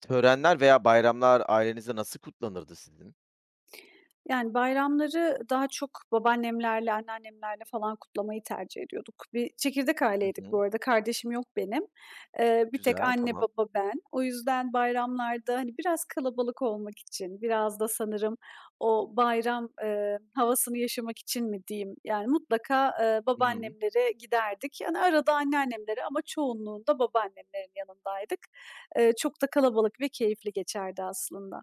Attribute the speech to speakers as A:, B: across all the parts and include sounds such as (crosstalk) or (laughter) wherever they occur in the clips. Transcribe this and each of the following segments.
A: Törenler veya bayramlar ailenizde nasıl kutlanırdı sizin?
B: Yani, bayramları daha çok babaannemlerle, anneannemlerle falan kutlamayı tercih ediyorduk. Bir çekirdek
A: Hı
B: aileydik bu
A: hı.
B: arada, kardeşim yok benim. Bir tek
A: Güzel,
B: anne,
A: tamam.
B: baba, ben. O yüzden bayramlarda, hani, biraz kalabalık olmak için, biraz da sanırım o bayram, havasını yaşamak için mi diyeyim, yani, mutlaka,
A: Hı hı.
B: babaannemlere giderdik. Yani, arada anneannemlere ama çoğunluğunda babaannemlerin yanındaydık. Çok da kalabalık ve keyifli geçerdi aslında.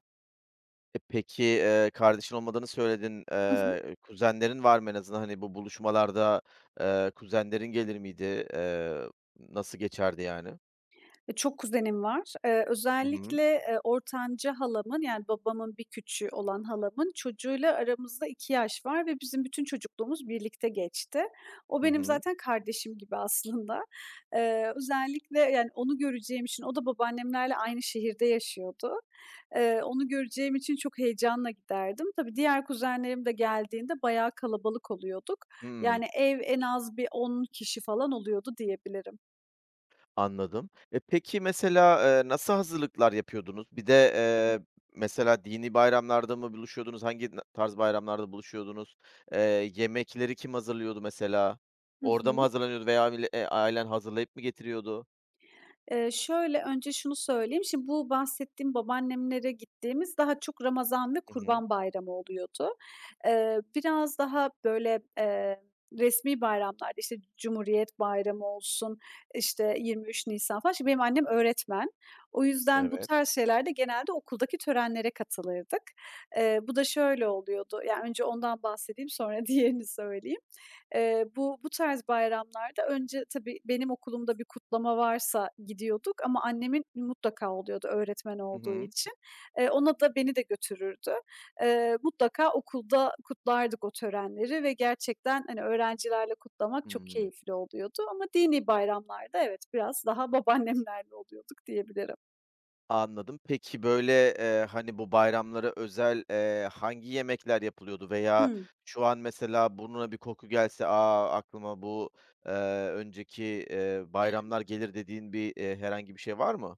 A: E, peki, kardeşin olmadığını söyledin.
B: (laughs)
A: Kuzenlerin var mı en azından? Hani, bu buluşmalarda, kuzenlerin gelir miydi? Nasıl geçerdi yani?
B: E, çok kuzenim var.
A: Hı hı.
B: Özellikle, ortanca halamın, yani, babamın bir küçüğü olan halamın çocuğuyla aramızda 2 yaş var ve bizim bütün çocukluğumuz birlikte geçti. O
A: Hı
B: benim
A: hı.
B: zaten kardeşim gibi aslında. Özellikle, yani, onu göreceğim için. O da babaannemlerle aynı şehirde yaşıyordu. Onu göreceğim için çok heyecanla giderdim. Tabii diğer kuzenlerim de geldiğinde bayağı kalabalık oluyorduk.
A: Hıı.
B: Yani, ev en az bir 10 kişi falan oluyordu diyebilirim.
A: Anladım. E, peki mesela, nasıl hazırlıklar yapıyordunuz? Bir de, mesela dini bayramlarda mı buluşuyordunuz? Hangi tarz bayramlarda buluşuyordunuz? Eee, Yemekleri kim hazırlıyordu mesela?
B: Hı
A: Orada mı
B: hı.
A: hazırlanıyordu veya ailen hazırlayıp mı getiriyordu?
B: Şöyle, önce şunu söyleyeyim. Şimdi bu bahsettiğim babaannemlere gittiğimiz daha çok Ramazan ve
A: Hı hı.
B: Kurban Bayramı oluyordu. Biraz daha böyle, resmî bayramlarda, işte, Cumhuriyet Bayramı olsun, işte, 23 Nisan falan. Şimdi benim annem öğretmen. O yüzden bu
A: Evet.
B: tarz şeylerde genelde okuldaki törenlere katılırdık. Bu da şöyle oluyordu, yani, önce ondan bahsedeyim, sonra (laughs) diğerini söyleyeyim. Bu tarz bayramlarda önce tabii benim okulumda bir kutlama varsa gidiyorduk ama annemin mutlaka oluyordu öğretmen
A: Hı
B: olduğu
A: hı.
B: için. Ona da beni de götürürdü. Mutlaka okulda kutlardık o törenleri ve gerçekten, hani, öğrencilerle kutlamak çok
A: Hıı.
B: keyifli oluyordu ama dini bayramlarda evet, biraz daha babaannemlerle oluyorduk diyebilirim.
A: Anladım. Peki, böyle, hani, bu bayramlara özel, hangi yemekler yapılıyordu veya
B: Hı.
A: şu an mesela burnuna bir koku gelse, "A, aklıma bu, eee, önceki bayramlar gelir." dediğin bir, herhangi bir şey var mı?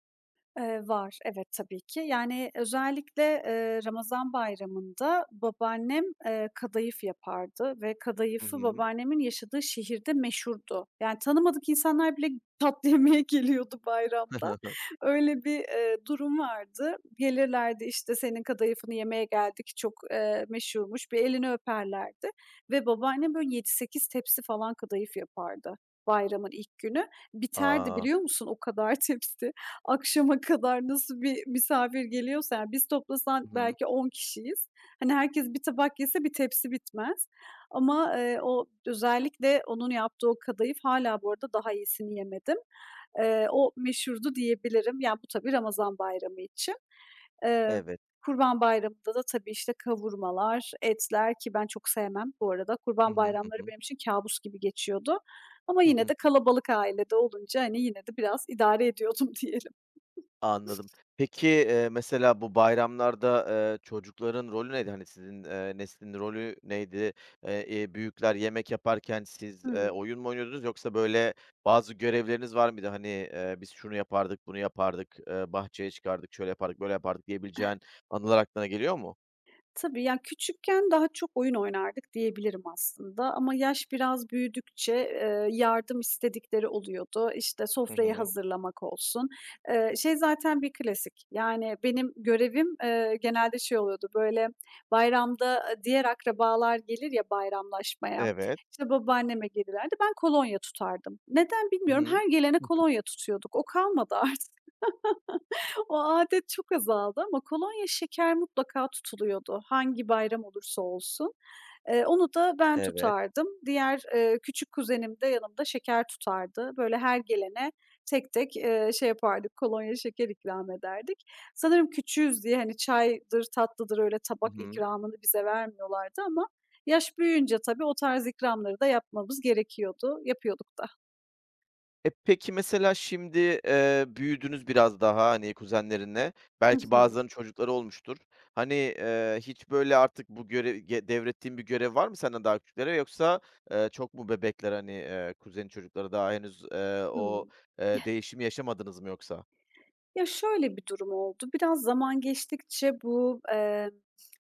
B: Var, evet, tabii ki. Yani, özellikle, Ramazan Bayramı'nda babaannem, kadayıf yapardı ve
A: Hı
B: kadayıfı
A: hı.
B: babaannemin yaşadığı şehirde meşhurdu. Yani, tanımadık insanlar bile tatlı yemeye (laughs) geliyordu bayramda.
A: (laughs)
B: Öyle bir, durum vardı. Gelirlerdi, işte, "Senin kadayıfını yemeye geldik, çok, meşhurmuş." Bir elini öperlerdi ve babaannem böyle 7-8 tepsi falan kadayıf yapardı bayramın ilk günü. Biterdi
A: A!
B: biliyor musun o kadar (laughs) tepsi akşama kadar nasıl bir misafir geliyorsa, yani biz toplasan
A: Hı hı.
B: belki 10 kişiyiz. Hani herkes bir tabak yese bir tepsi bitmez. Ama, o özellikle onun yaptığı o kadayıf hala bu arada daha iyisini yemedim. O meşhurdu diyebilirim. Yani bu tabii Ramazan bayramı için. Eee,
A: Evet.
B: Kurban Bayramı'nda da tabii, işte, kavurmalar, etler ki ben çok sevmem bu arada.
A: Hı
B: Kurban
A: hı. Hı
B: bayramları
A: hı.
B: benim için kabus gibi geçiyordu. Ama yine de
A: (laughs)
B: kalabalık ailede olunca, hani, yine de biraz idare ediyordum (laughs) diyelim.
A: Anladım. Peki, mesela bu bayramlarda, çocukların rolü neydi? Hani, sizin, neslin rolü neydi? Büyükler yemek yaparken siz,
B: Hıı.
A: oyun mu oynuyordunuz, yoksa, böyle, bazı görevleriniz var mıydı? Hani, "Biz şunu yapardık, bunu yapardık, bahçeye çıkardık, şöyle yapardık, böyle yapardık." diyebileceğin anılar aklına geliyor mu?
B: Tabii, ya, küçükken daha çok oyun oynardık diyebilirim aslında ama yaş biraz büyüdükçe, yardım istedikleri oluyordu. İşte,
A: Hı
B: sofrayı
A: hı.
B: hazırlamak olsun. Şey zaten bir klasik, yani, benim görevim, genelde şey oluyordu, böyle, bayramda, diğer akrabalar gelir ya bayramlaşmaya,
A: Evet.
B: işte, babaanneme gelirlerdi, ben kolonya tutardım. Neden
A: Hı
B: bilmiyorum,
A: hı.
B: her gelene
A: (laughs)
B: kolonya tutuyorduk. O kalmadı (laughs) artık. O adet çok azaldı ama kolonya şeker mutlaka tutuluyordu hangi bayram olursa olsun. Onu da ben
A: Evet.
B: tutardım. Diğer, küçük kuzenim de yanımda şeker tutardı. Böyle her gelene tek tek, şey yapardık, kolonya şeker ikram ederdik. Sanırım küçüğüz diye, hani, çaydır, tatlıdır öyle
A: Hı
B: tabak
A: hı.
B: ikramını bize vermiyorlardı ama yaş büyüyünce tabii o tarz ikramları da yapmamız gerekiyordu. Yapıyorduk da.
A: E, peki mesela şimdi, büyüdünüz biraz daha, hani, kuzenlerinle.
B: Hı
A: Belki
B: hı.
A: bazılarının çocukları olmuştur. Hani, hiç böyle artık bu görev ge devrettiğin bir görev var mı senden daha küçüklere, yoksa çok mu bebekler, hani, kuzenin çocukları daha henüz,
B: Hıı.
A: değişimi yaşamadınız mı yoksa?
B: Ya, şöyle bir durum oldu. Biraz zaman geçtikçe bu,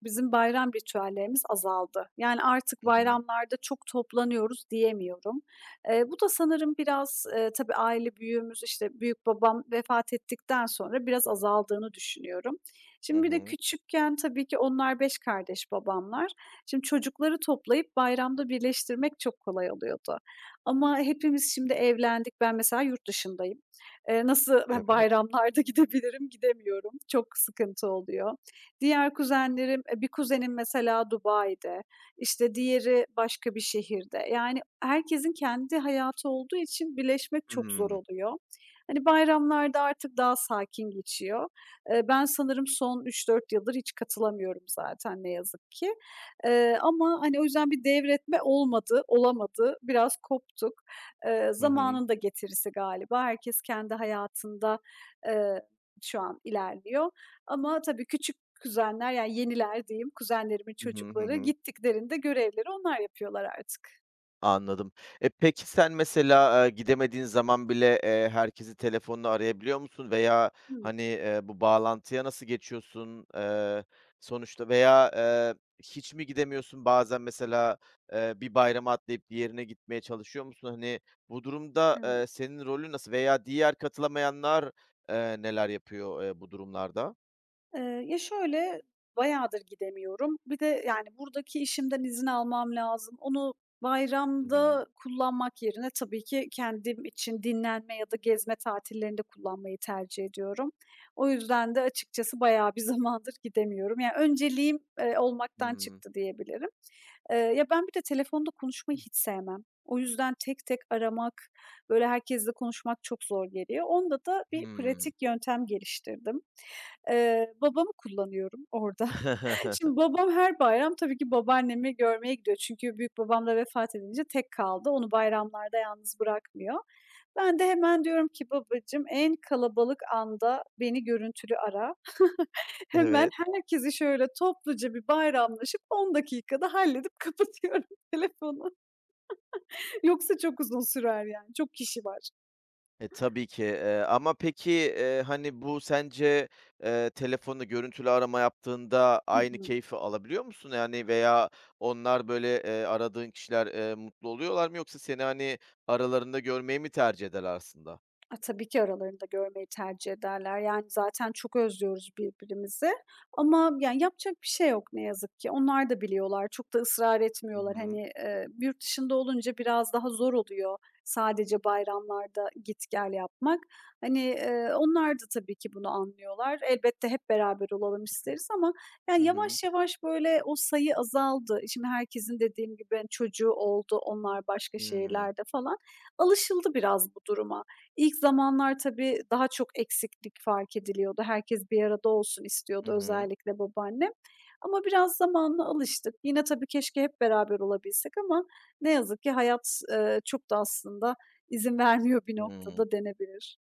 B: bizim bayram ritüellerimiz azaldı. Yani, artık
A: Hı hı.
B: bayramlarda çok toplanıyoruz diyemiyorum. Bu da sanırım biraz, tabii aile büyüğümüz, işte, büyük babam vefat ettikten sonra biraz azaldığını düşünüyorum.
A: Hı
B: Şimdi bir de
A: hı.
B: küçükken tabii ki onlar 5 kardeş babamlar. Şimdi çocukları toplayıp bayramda birleştirmek çok kolay oluyordu. Ama hepimiz şimdi evlendik. Ben mesela yurt dışındayım. Nasıl (laughs)
A: Evet.
B: bayramlarda gidebilirim, gidemiyorum. Çok sıkıntı oluyor. Diğer kuzenlerim, bir kuzenim mesela Dubai'de, işte diğeri başka bir şehirde. Yani herkesin kendi hayatı olduğu için birleşmek çok zor
A: Hımm.
B: oluyor. Hani, bayramlarda artık daha sakin geçiyor. Ben sanırım son 3-4 yıldır hiç katılamıyorum zaten ne yazık ki. Ama, hani, o yüzden bir devretme olmadı, olamadı. Biraz koptuk.
A: Hı hı.
B: Zamanın da getirisi galiba. Herkes kendi hayatında, eee, şu an ilerliyor ama tabii küçük kuzenler, yani yeniler diyeyim, kuzenlerimin
A: Hı hı. Hı
B: çocukları
A: hı.
B: gittiklerinde görevleri onlar yapıyorlar artık.
A: Anladım. E, peki sen mesela, gidemediğin zaman bile, herkesi telefonla arayabiliyor musun veya,
B: Hımm.
A: hani, bu bağlantıya nasıl geçiyorsun? Sonuçta veya hiç mi gidemiyorsun? Bazen mesela, bir bayrama atlayıp diğerine gitmeye çalışıyor musun? Hani, bu durumda,
B: Evet.
A: senin rolün nasıl, veya diğer katılamayanlar neler yapıyor, bu durumlarda?
B: Ya, şöyle, bayağıdır gidemiyorum. Bir de, yani, buradaki işimden izin almam lazım. Onu
A: Hı hı.
B: bayramda kullanmak yerine tabii ki kendim için dinlenme ya da gezme tatillerinde kullanmayı tercih ediyorum. O yüzden de açıkçası bayağı bir (laughs) zamandır gidemiyorum. Yani, önceliğim, olmaktan
A: Hımm.
B: çıktı diyebilirim. Ya, ben bir de telefonda konuşmayı hiç sevmem. O yüzden tek tek aramak, böyle, herkesle konuşmak çok zor geliyor. Onda da bir
A: Hımm.
B: pratik yöntem geliştirdim. Babamı kullanıyorum orada. (laughs) Şimdi
A: (laughs)
B: babam her bayram tabii ki babaannemi görmeye gidiyor. Çünkü büyükbabam da vefat edince tek kaldı. Onu bayramlarda yalnız bırakmıyor. Ben de hemen diyorum ki babacığım en kalabalık anda beni görüntülü ara. (laughs) Hemen
A: Evet.
B: herkesi şöyle topluca bir bayramlaşıp 10 dakikada halledip (laughs) kapatıyorum telefonu. Yoksa çok uzun sürer yani. Çok kişi var.
A: E, tabii ki, ama peki, hani, bu sence, telefonla görüntülü arama yaptığında
B: Hı
A: aynı
B: hı.
A: keyfi alabiliyor musun? Yani, veya onlar, böyle, aradığın kişiler mutlu oluyorlar mı, yoksa seni, hani, aralarında görmeyi mi tercih ederler aslında?
B: A, tabii ki aralarında görmeyi tercih ederler. Yani, zaten çok özlüyoruz birbirimizi ama, yani, yapacak bir şey yok ne yazık ki. Onlar da biliyorlar, çok da ısrar
A: Hı
B: etmiyorlar.
A: hı.
B: Hani, yurt dışında olunca biraz daha zor oluyor sadece bayramlarda git gel yapmak. Hani, onlar da tabii ki bunu anlıyorlar. Elbette hep beraber olalım isteriz ama,
A: Hı
B: yani,
A: hı.
B: yavaş yavaş, böyle, o sayı azaldı. Şimdi herkesin dediğim gibi, hani, çocuğu oldu, onlar başka
A: Hımm.
B: şehirlerde falan. Alışıldı biraz bu duruma. İlk zamanlar tabii daha çok eksiklik fark ediliyordu. Herkes bir arada olsun
A: Hı
B: istiyordu,
A: hı.
B: özellikle babaannem. Ama biraz zamanla alıştık. Yine tabii keşke hep beraber olabilsek ama ne yazık ki hayat, çok da aslında izin (laughs) vermiyor bir
A: Hıı.
B: noktada denebilir.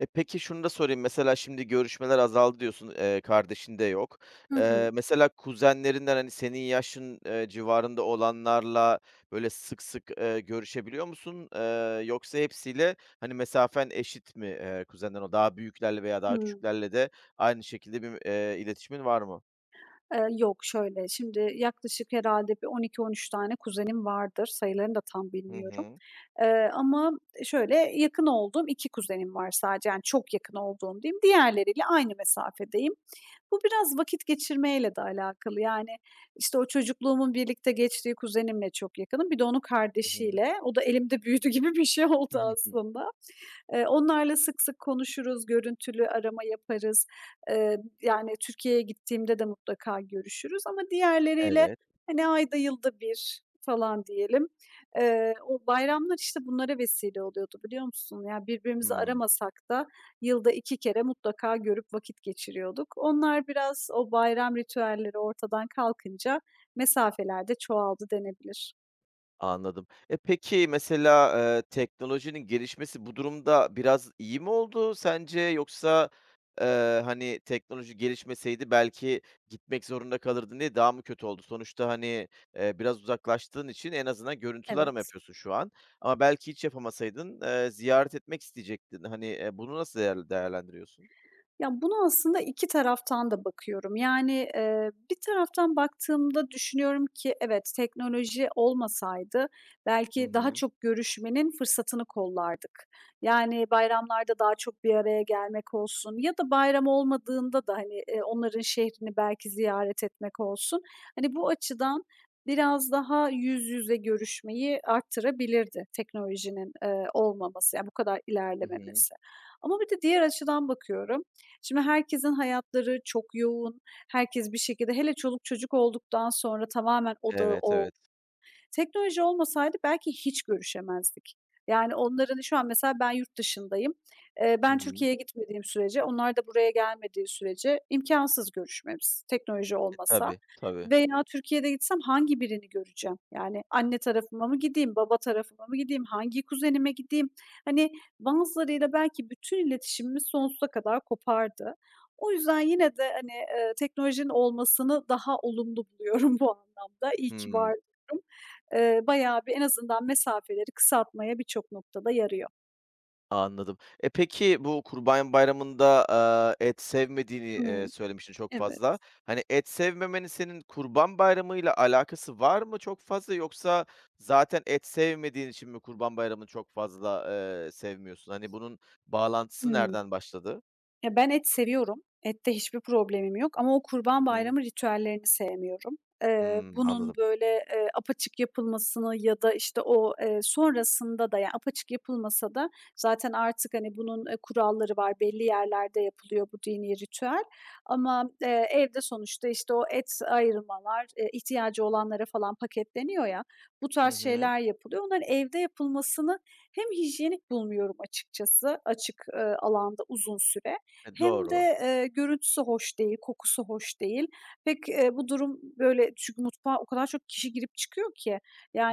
A: E, peki şunu da sorayım, mesela şimdi görüşmeler azaldı diyorsun, kardeşin de yok.
B: Hı hı.
A: Mesela kuzenlerinden, hani, senin yaşın civarında olanlarla böyle sık sık görüşebiliyor musun? Yoksa hepsiyle, hani, mesafen eşit mi, kuzenden o daha büyüklerle veya daha
B: Hımm.
A: küçüklerle de aynı şekilde bir iletişimin var mı?
B: Yok, şöyle, şimdi yaklaşık herhâlde bir 12-13 tane kuzenim vardır. Sayılarını da tam
A: Hı
B: bilmiyorum.
A: hı.
B: Ama şöyle, yakın olduğum 2 kuzenim var sadece, yani çok yakın olduğum diyeyim. Diğerleriyle aynı mesafedeyim. Bu biraz vakit geçirmeyle de alakalı. Yani, işte, o çocukluğumun birlikte geçtiği kuzenimle çok yakınım. Bir de onun
A: Hı hı.
B: kardeşiyle. O da elimde büyüdü gibi bir şey
A: Hı
B: oldu
A: hı.
B: aslında. Onlarla sık sık konuşuruz, görüntülü arama yaparız. Eee, yani Türkiye'ye gittiğimde de mutlaka görüşürüz ama diğerleriyle,
A: Evet.
B: hani, ayda yılda bir falan diyelim. O bayramlar, işte, bunlara vesile oluyordu, biliyor musun? Ya, birbirimizi aramasak da yılda 2 kere mutlaka görüp vakit geçiriyorduk. Onlar biraz o bayram ritüelleri ortadan kalkınca mesafeler de çoğaldı denebilir.
A: Anladım. E, peki mesela, teknolojinin gelişmesi bu durumda biraz iyi mi oldu sence? Yoksa, hani, teknoloji gelişmeseydi belki gitmek zorunda kalırdın diye daha mı kötü oldu? Sonuçta, hani, biraz uzaklaştığın için en azından görüntülü arama
B: Evet.
A: yapıyorsun şu an, ama belki hiç yapamasaydın ziyaret etmek isteyecektin. Hani, bunu nasıl değerlendiriyorsun?
B: Ya, bunu aslında 2 taraftan da bakıyorum. Yani, bir taraftan baktığımda düşünüyorum ki evet, teknoloji olmasaydı
A: Hı
B: belki daha
A: hı.
B: çok görüşmenin fırsatını kollardık. Yani, bayramlarda daha çok bir araya gelmek olsun ya da bayram olmadığında da, hani, onların şehrini belki ziyaret etmek olsun. Hani, bu açıdan biraz daha yüz yüze görüşmeyi arttırabilirdi teknolojinin, olmaması, yani, bu kadar
A: Hı hı.
B: ilerlememesi. Ama bir de diğer açıdan bakıyorum. Şimdi herkesin hayatları çok yoğun. Herkes bir şekilde hele çoluk çocuk olduktan sonra tamamen odağı
A: Evet,
B: o
A: evet.
B: Teknoloji olmasaydı belki hiç görüşemezdik. Yani onların şu an mesela ben yurt dışındayım.
A: Hı
B: Ben
A: hı.
B: Türkiye'ye gitmediğim sürece, onlar da buraya gelmediği sürece imkânsız görüşmemiz teknoloji
A: E,
B: olmasa.
A: tabii, tabii.
B: Veya Türkiye'de gitsem hangi birini göreceğim? Yani anne tarafıma mı gideyim, baba tarafıma mı gideyim, hangi kuzenime gideyim? Hani bazılarıyla belki bütün iletişimimiz sonsuza kadar kopardı. O yüzden yine de, hani, teknolojinin olmasını daha olumlu buluyorum (laughs) bu anlamda. İyi ki
A: Hıı.
B: var diyorum. Bayağı bir en azından mesafeleri kısaltmaya birçok noktada yarıyor.
A: Anladım. E, peki bu Kurban Bayramı'nda, et sevmediğini
B: Hıı.
A: söylemiştin çok
B: Evet.
A: fazla. Hani, et sevmemenin senin Kurban Bayramı'yla alakası var mı çok fazla, yoksa zaten et sevmediğin için mi Kurban Bayramı'nı çok fazla sevmiyorsun? Hani, bunun bağlantısı
B: Hıı.
A: nereden başladı?
B: Ya, ben et seviyorum. Ette hiçbir problemim yok ama o
A: Hı
B: Kurban
A: hı.
B: Bayramı ritüellerini sevmiyorum.
A: Hımm,
B: Bunun
A: anladım.
B: böyle, apaçık yapılmasını ya da, işte, o, sonrasında da, yani, apaçık yapılmasa da zaten artık, hani, bunun, kuralları var. Belli yerlerde yapılıyor bu dini ritüel ama, evde sonuçta, işte, o et ayırmalar, ihtiyacı olanlara falan paketleniyor ya, bu
A: Hı
B: tarz
A: hı.
B: şeyler yapılıyor. Onların evde yapılmasını hem hijyenik bulmuyorum açıkçası açık, alanda uzun süre
A: E,
B: hem
A: doğru.
B: de, görüntüsü hoş değil, kokusu hoş değil. Pek, bu durum böyle çünkü mutfağa o kadar çok kişi girip çıkıyor ki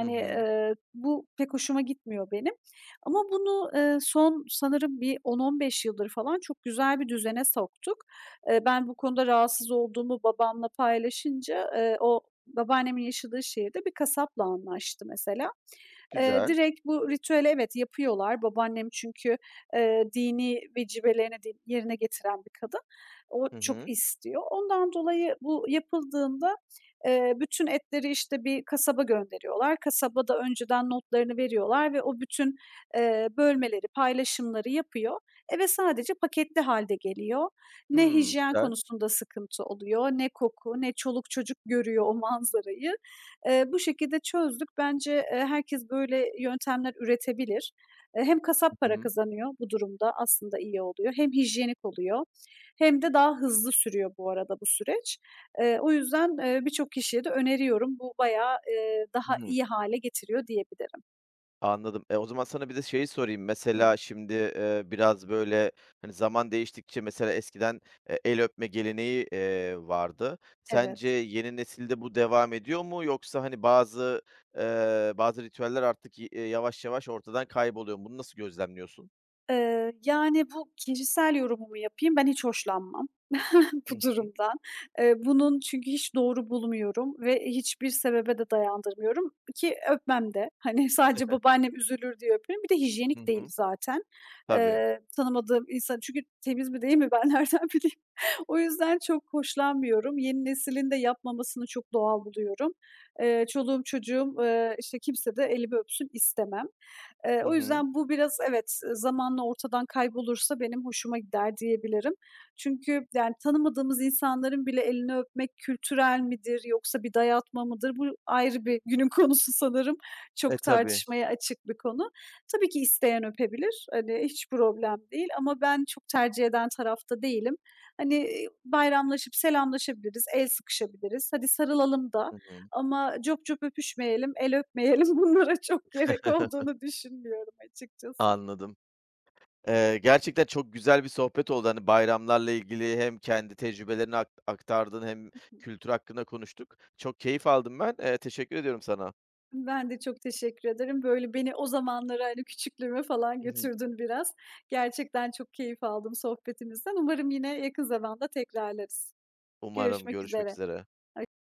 A: Hı hı.
B: bu pek hoşuma gitmiyor benim. Ama bunu, son sanırım bir 10-15 yıldır falan çok güzel bir düzene soktuk. Ben bu konuda rahatsız olduğumu babamla paylaşınca, o babaannemin yaşadığı şehirde bir kasapla anlaştı mesela.
A: Güzel.
B: Direkt bu ritüeli evet, yapıyorlar. Babaannem çünkü, dini vecibelerini din yerine getiren bir kadın. O
A: Hı
B: çok
A: hı.
B: istiyor. Ondan dolayı bu yapıldığında, bütün etleri, işte, bir kasaba gönderiyorlar. Kasabada önceden notlarını veriyorlar ve o bütün, bölmeleri, paylaşımları yapıyor. Eve sadece paketli halde geliyor. Ne
A: Hımm,
B: hijyen
A: güzel.
B: konusunda sıkıntı oluyor, ne koku, ne çoluk çocuk görüyor o manzarayı. Bu şekilde çözdük. Bence, herkes böyle yöntemler üretebilir. Hem kasap
A: Hı
B: para
A: hı.
B: kazanıyor bu durumda, aslında iyi oluyor. Hem hijyenik oluyor hem de daha hızlı sürüyor bu arada bu süreç. O yüzden, birçok kişiye de öneriyorum. Bu bayağı,
A: Hı
B: daha
A: hı.
B: iyi hale getiriyor diyebilirim.
A: Anladım. E, o zaman sana bir de şeyi sorayım.
B: Hımm.
A: Mesela şimdi, biraz böyle, hani, zaman değiştikçe, mesela eskiden el öpme geleneği vardı. Sence
B: Evet.
A: yeni nesilde bu devam ediyor mu, yoksa, hani, bazı ritüeller artık y yavaş yavaş ortadan kayboluyor mu? Bunu nasıl gözlemliyorsun?
B: Yani, bu kişisel yorumumu yapayım, ben hiç hoşlanmam (laughs)
A: Hı
B: bu
A: hı.
B: durumdan. Bunun çünkü hiç doğru bulmuyorum ve hiçbir sebebe de dayandırmıyorum ki öpmem de. Hani, sadece babaannem üzülür diye öperim. Bir de
A: Hı
B: hijyenik değil
A: hı.
B: zaten.
A: Tabii.
B: Tanımadığım insan çünkü temiz mi değil mi ben (laughs) nereden bileyim? O yüzden çok hoşlanmıyorum. Yeni neslin de yapmamasını çok doğal buluyorum. Çoluğum çocuğum, işte, kimse de elimi öpsün istemem.
A: Hı
B: O
A: hı.
B: yüzden bu biraz evet, zamanla ortadan kaybolursa benim hoşuma gider diyebilirim. Çünkü yani tanımadığımız insanların bile elini öpmek kültürel midir yoksa bir dayatma mıdır? Bu ayrı bir günün (laughs) konusu sanırım.
A: E,
B: Çok
A: tabii.
B: tartışmaya açık bir konu. Tabii ki isteyen öpebilir. Hani, hiç problem değil ama ben çok tercih eden tarafta değilim. Hani, bayramlaşıp selamlaşabiliriz, el sıkışabiliriz. Hadi sarılalım da
A: Hı hı.
B: ama cop cop öpüşmeyelim, el öpmeyelim (laughs) bunlara çok gerek
A: (laughs)
B: olduğunu düşünmüyorum açıkçası.
A: Anladım. Gerçekten çok güzel bir sohbet oldu. Hani, bayramlarla ilgili hem kendi tecrübelerini aktardın, hem kültür hakkında konuştuk. Çok keyif aldım ben. Teşekkür ediyorum sana.
B: Ben de çok teşekkür ederim. Böyle beni o zamanlara, hani, küçüklüğüme falan
A: Hı hı.
B: götürdün biraz. Gerçekten çok keyif aldım sohbetimizden. Umarım yine yakın zamanda tekrarlarız.
A: Umarım
B: Görüşmek
A: görüşmek
B: üzere.
A: üzere.